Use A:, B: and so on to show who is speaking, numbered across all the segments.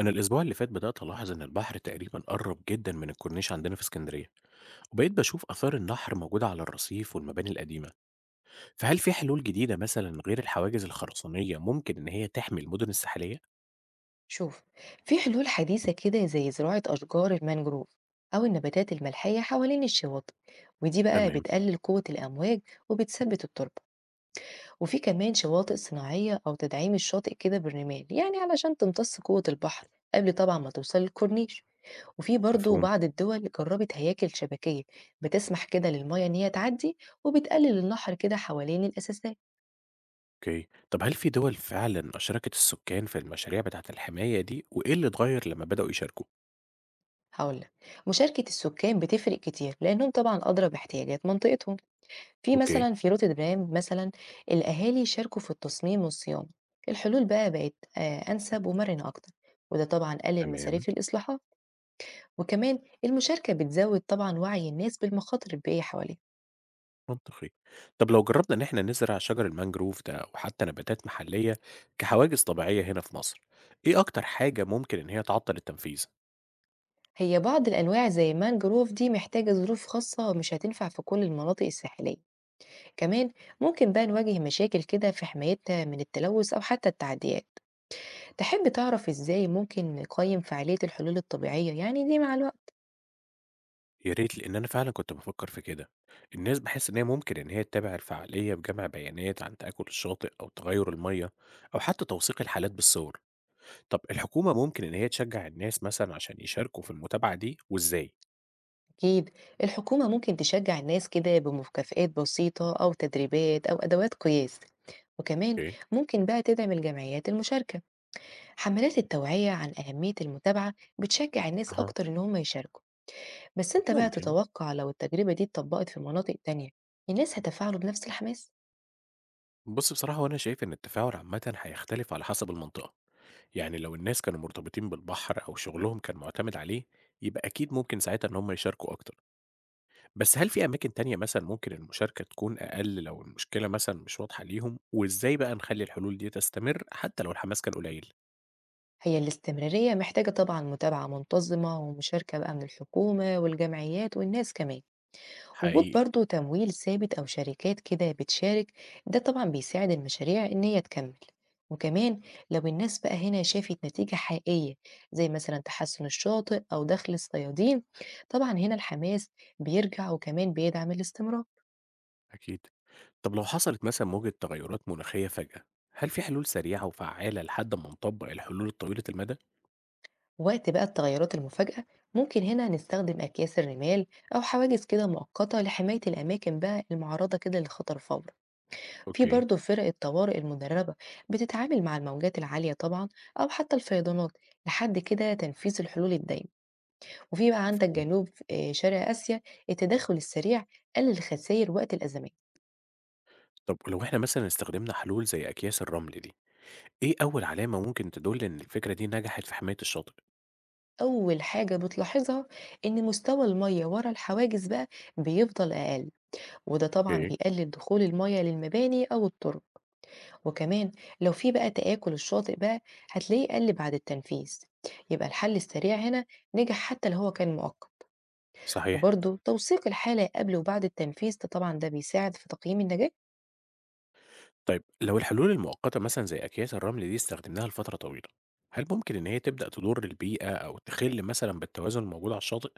A: أنا الأسبوع اللي فات بدأت ألاحظ إن البحر تقريبا قرب جدا من الكورنيش عندنا في اسكندرية، وبقيت بشوف آثار النهر موجودة على الرصيف والمباني القديمة. فهل في حلول جديدة مثلا غير الحواجز الخرسانية ممكن إن هي تحمي المدن الساحلية؟
B: شوف، في حلول حديثة كده زي زراعة أشجار المانجروف أو النباتات الملحية حوالين الشواطئ. ودي بقى
A: تمام.
B: بتقلل قوة الأمواج وبتثبت التربة. وفي كمان شواطئ صناعية أو تدعيم الشاطئ كده بالرمال، يعني علشان تمتص قوة البحر قبل طبعا ما توصل للكورنيش. وفي برضو
A: مفهوم.
B: بعض الدول جربت هياكل شبكية بتسمح كده للمية إن هي تعدي، وبتقلل النحر كده حوالين الأساسات.
A: أوكي. طب هل في دول فعلا أشركت السكان في المشاريع بتاعة الحماية دي، وإيه اللي اتغير لما بدأوا يشاركوا؟
B: هقولك، مشاركة السكان بتفرق كتير لأنهم طبعا أدرى باحتياجات منطقتهم. في
A: أوكي.
B: مثلا، في روتردام مثلا الأهالي شاركوا في التصميم والصيانة. الحلول بقى بقت أنسب ومرنة أكتر، وده طبعا قلل
A: تمام.
B: مصاريف الإصلاحات. وكمان، المشاركة بتزود طبعا وعي الناس بالمخاطر البيئية حواليها.
A: منطقي. طب لو جربنا إن إحنا نزرع شجر المانجروف ده أو حتى نباتات محلية كحواجز طبيعية هنا في مصر، إيه أكتر حاجة ممكن إن هي تعطل التنفيذ؟
B: هي بعض الأنواع زي مانجروف دي محتاجة ظروف خاصة، مش هتنفع في كل المناطق الساحلية. كمان ممكن بقى نواجه مشاكل كده في حمايتها من التلوث أو حتى التعديات. تحب تعرف إزاي ممكن نقيم فعالية الحلول الطبيعية يعني دي مع الوقت؟
A: يا ريت، لأن أنا فعلًا كنت بافكر في كده. الناس باحس إن هي ممكن إن هي تتابع الفعالية بجمع بيانات عن تآكل الشاطئ أو تغير المَيّة أو حتى توثيق الحالات بالصور. طب الحكومة ممكن إن هي تشجع الناس مثلًا عشان يشاركوا في المتابعة دي، وإزاي؟
B: أكيد، الحكومة ممكن تشجع الناس كده بمكافآت بسيطة أو تدريبات أو أدوات قياس. وكمان
A: أوكي.
B: ممكن بقى تدعم الجمعيات المشاركة. حملات التوعية عن أهمية المتابعة بتشجع الناس
A: أها.
B: أكتر إن هم يشاركوا. بس أنت بقى
A: ممكن.
B: تتوقع، لو التجربة دي اتطبقت في مناطق تانية، الناس هتفاعلوا بنفس الحماس؟
A: بُص، بصراحة هو أنا شايف إن التفاعل عامةً هيختلف على حسب المنطقة. يعني لو الناس كانوا مرتبطين بالبحر أو شغلهم كان معتمد عليه يبقى أكيد ممكن ساعتها إن هم يشاركوا أكتر. بس هل في أماكن تانية مثلا ممكن المشاركة تكون أقل لو المشكلة مثلا مش واضحة ليهم، وإزاي بقى نخلي الحلول دي تستمر حتى لو الحماس كان قليل؟
B: هي الاستمرارية محتاجة طبعا متابعة منتظمة ومشاركة بقى من الحكومة والجمعيات والناس كمان. وجود
A: حقيقي.
B: برضو تمويل ثابت أو شركات كده بتشارك، ده طبعا بيساعد المشاريع إن هي تكمل. وكمان لو الناس بقى هنا شافت نتيجة حقيقية، زي مثلا تحسن الشاطئ أو دخل الصيادين، طبعا هنا الحماس بيرجع وكمان بيدعم الاستمرار.
A: أكيد. طب لو حصلت مثلا موجة تغيرات مناخية فجأة، هل في حلول سريعة وفعالة لحد ما نطبق الحلول الطويلة المدى؟
B: وقت بقى التغيرات المفاجئة، ممكن هنا نستخدم أكياس الرمال أو حواجز كده مؤقتة لحماية الأماكن بقى المعرضة كده للخطر فوري. في
A: اوكي.
B: برضه فرق الطوارئ المدربة بتتعامل مع الموجات العالية طبعا أو حتى الفيضانات لحد كده تنفيذ الحلول الدايمة. وفي بقى عندك
A: مفهوم.
B: جنوب شرق آسيا، التدخل السريع قلل الخسائر وقت الأزمات.
A: طب ولو احنا مثلا استخدمنا حلول زي أكياس الرمل دي، إيه أول علامة ممكن تدل إن الفكرة دي نجحت في حماية الشاطئ؟
B: أول حاجة بتلاحظها إن مستوى المية ورا الحواجز بقى بيفضل أقل، وده طبعا
A: أوكي.
B: بيقلل دخول المية للمباني أو الطرق. وكمان لو في بقى تآكل الشاطئ بقى، هتلاقيه قل بعد التنفيذ. يبقى الحل السريع هنا نجح حتى لو هو كان مؤقت.
A: صحيح.
B: وبرضه توثيق الحالة قبل وبعد التنفيذ ده طبعا ده بيساعد في تقييم النجاح.
A: طيب لو الحلول المؤقتة مثلًا زي أكياس الرمل دي استخدمناها لفترة طويلة، هل ممكن إن هي تبدأ تضر البيئة أو تخِل مثلًا بالتوازن الموجود على الشاطئ؟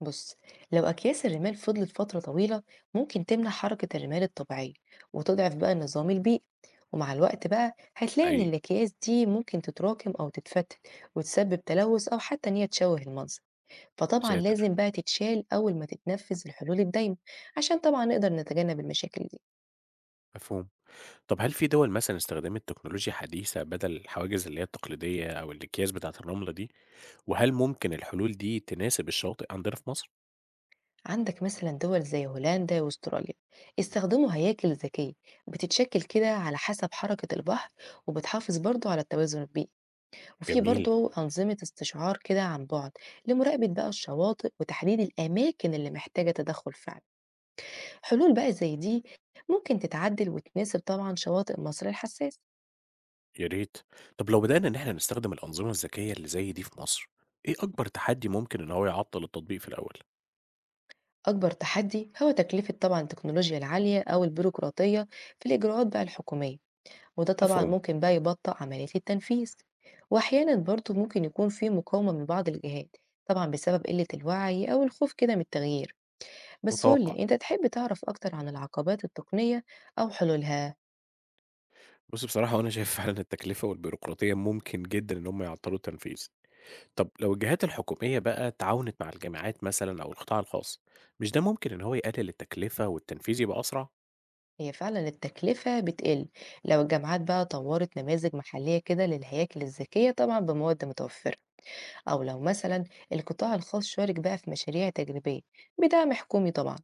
B: بص، لو أكياس الرمال فضلت فترة طويلة ممكن تمنع حركة الرمال الطبيعية وتضعف بقى النظام البيئي. ومع الوقت بقى هتلاقي إن
A: حقيقي.
B: الأكياس دي ممكن تتراكم أو تتفتت وتسبب تلوث أو حتى إن هي تشوه المنظر.
A: يا
B: فطبعا
A: ساتر!
B: لازم بقى تتشال أول ما تتنفذ الحلول الدايمة عشان طبعا نقدر نتجنب المشاكل دي.
A: مفهوم. طب هل في دول مثلًا استخدمت تكنولوجيا حديثة بدل الحواجز اللي هي التقليدية أو الأكياس بتاعة الرملة دي؟ وهل ممكن الحلول دي تناسب الشواطئ عندنا في مصر؟
B: عندك مثلا دول زي هولندا واستراليا استخدموا هياكل ذكية بتتشكل كده على حسب حركة البحر، وبتحافظ برضو على التوازن البيئي. وفي
A: جميل.
B: برضو أنظمة استشعار كده عن بعد لمراقبة بقى الشواطئ وتحديد الأماكن اللي محتاجة تدخل فعلي. حلول بقى زي دي ممكن تتعدل وتناسب طبعا شواطئ مصر الحساس.
A: يا ريت. طب لو بدأنا إن إحنا نستخدم الأنظمة الذكية اللي زي دي في مصر، إيه أكبر تحدي ممكن إن هو يعطل التطبيق في الأول؟
B: أكبر تحدي هو تكلفة طبعا التكنولوجيا العالية أو البيروقراطية في الإجراءات بقى الحكومية، وده طبعا
A: مفهوم.
B: ممكن بقى يبطئ عملية التنفيذ. وأحيانا برضه ممكن يكون في مقاومة من بعض الجهات طبعا بسبب قلة الوعي أو الخوف كده من التغيير. بس
A: متوقع.
B: قولي أنت، تحب تعرف أكتر عن العقبات التقنية أو حلولها؟
A: بُص، بصراحة وأنا شايف فعلًا التكلفة والبيروقراطية ممكن جدًا إن هم يعطّلوا التنفيذ. طب لو الجهات الحكومية بقى تعاونت مع الجامعات مثلًا أو القطاع الخاص، مش ده ممكن إن هو يقلل التكلفة والتنفيذ يبقى أسرع؟
B: هي فعلا التكلفة بتقل لو الجامعات بقى طورت نماذج محلية كده للهياكل الذكية طبعا بمواد متوفرة، أو لو مثلا القطاع الخاص شارك بقى في مشاريع تجريبية بدعم حكومي طبعا.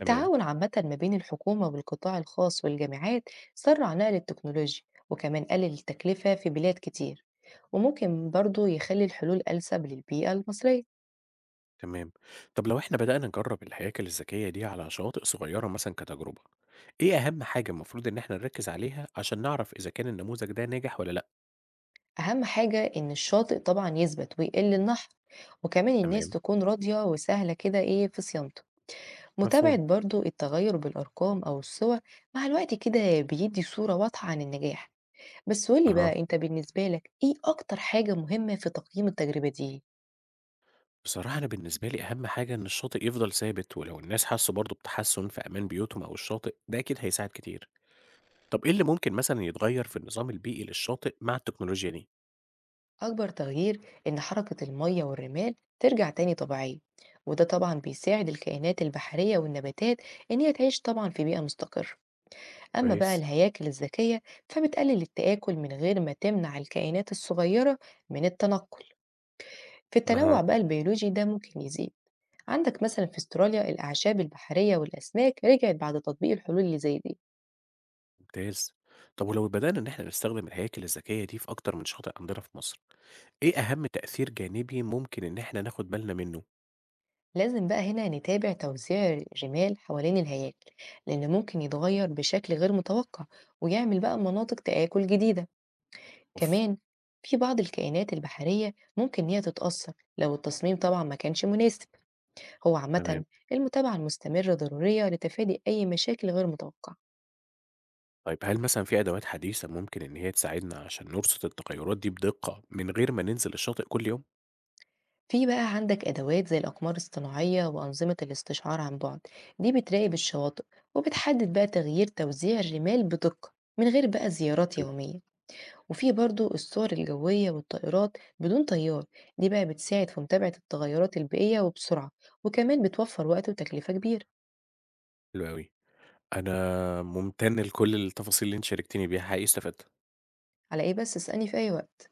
A: تمام.
B: عامة ما بين الحكومة والقطاع الخاص والجامعات سرع نقل التكنولوجيا، وكمان قلل التكلفة في بلاد كتير، وممكن برضو يخلي الحلول أنسب للبيئة المصرية.
A: تمام. طب لو إحنا بدأنا نجرّب الهياكل الذكية دي على شواطئ صغيرة مثلًا كتجربة، إيه أهم حاجة المفروض إن إحنا نركّز عليها عشان نعرف إذا كان النموذج ده ناجح والّا لأ؟
B: أهم حاجة إن الشاطئ طبعا يثبت ويقل النحر، وكمان الناس
A: تمام.
B: تكون راضية وسهلة كده إيه في صيانته. متابعة
A: مفهوم.
B: برضو التغير بالأرقام أو الصور مع الوقت كده بيدي صورة واضحة عن النجاح. بس قولي
A: أها.
B: بقى أنت، بالنسبة لك إيه أكتر حاجة مهمة في تقييم التجربة دي؟
A: بصراحة أنا بالنسبة لي أهم حاجة إن الشاطئ يفضل ثابت، ولو الناس حسوا برضه بتحسن في أمان بيوتهم أو الشاطئ ده أكيد هيساعد كتير. طب إيه اللي ممكن مثلا يتغير في النظام البيئي للشاطئ مع التكنولوجيا دي؟
B: أكبر تغيير إن حركة المية والرمال ترجع تاني طبيعية، وده طبعا بيساعد الكائنات البحرية والنباتات إن هي تعيش طبعا في بيئة مستقرة. أما بقى
A: كويس.
B: الهياكل الذكية فبتقلل التآكل من غير ما تمنع الكائنات الصغيرة من التنقل. في
A: اها.
B: التنوع بقى البيولوجي ده ممكن يزيد. عندك مثلا في استراليا الأعشاب البحرية والأسماك رجعت بعد تطبيق الحلول اللي زي دي.
A: ممتاز. طب ولو بدأنا إن إحنا نستخدم الهياكل الذكية دي في أكتر من شاطئ عندنا في مصر، إيه أهم تأثير جانبي ممكن إن إحنا ناخد بالنا منه؟
B: لازم بقى هنا نتابع توزيع الرمال حوالين الهياكل، لأن ممكن يتغير بشكل غير متوقع ويعمل بقى مناطق تآكل جديدة.
A: اوف.
B: كمان في بعض الكائنات البحرية ممكن إن هي تتأثر لو التصميم طبعا ما كانش مناسب. هو
A: تمام.
B: عامة المتابعة المستمرة ضرورية لتفادي أي مشاكل غير متوقعة.
A: طيب هل مثلا في أدوات حديثة ممكن إن هي تساعدنا عشان نرصد التغيرات دي بدقة من غير ما ننزل الشاطئ كل يوم؟
B: في بقى عندك أدوات زي الأقمار الصناعية وأنظمة الاستشعار عن بعد، دي بتراقب الشواطئ وبتحدد بقى تغيير توزيع الرمال بدقة من غير بقى زيارات يومية. وفي برضو الصور الجوية والطائرات بدون طيار، دي بقى بتساعد في متابعة التغيرات البيئية وبسرعة، وكمان بتوفر وقت وتكلفة كبيرة.
A: حلو أوي. أنا ممتن لكل التفاصيل اللي أنتِ شاركتيني بيها، حقيقي استفدت.
B: على ايه بس، اسألني في اي وقت.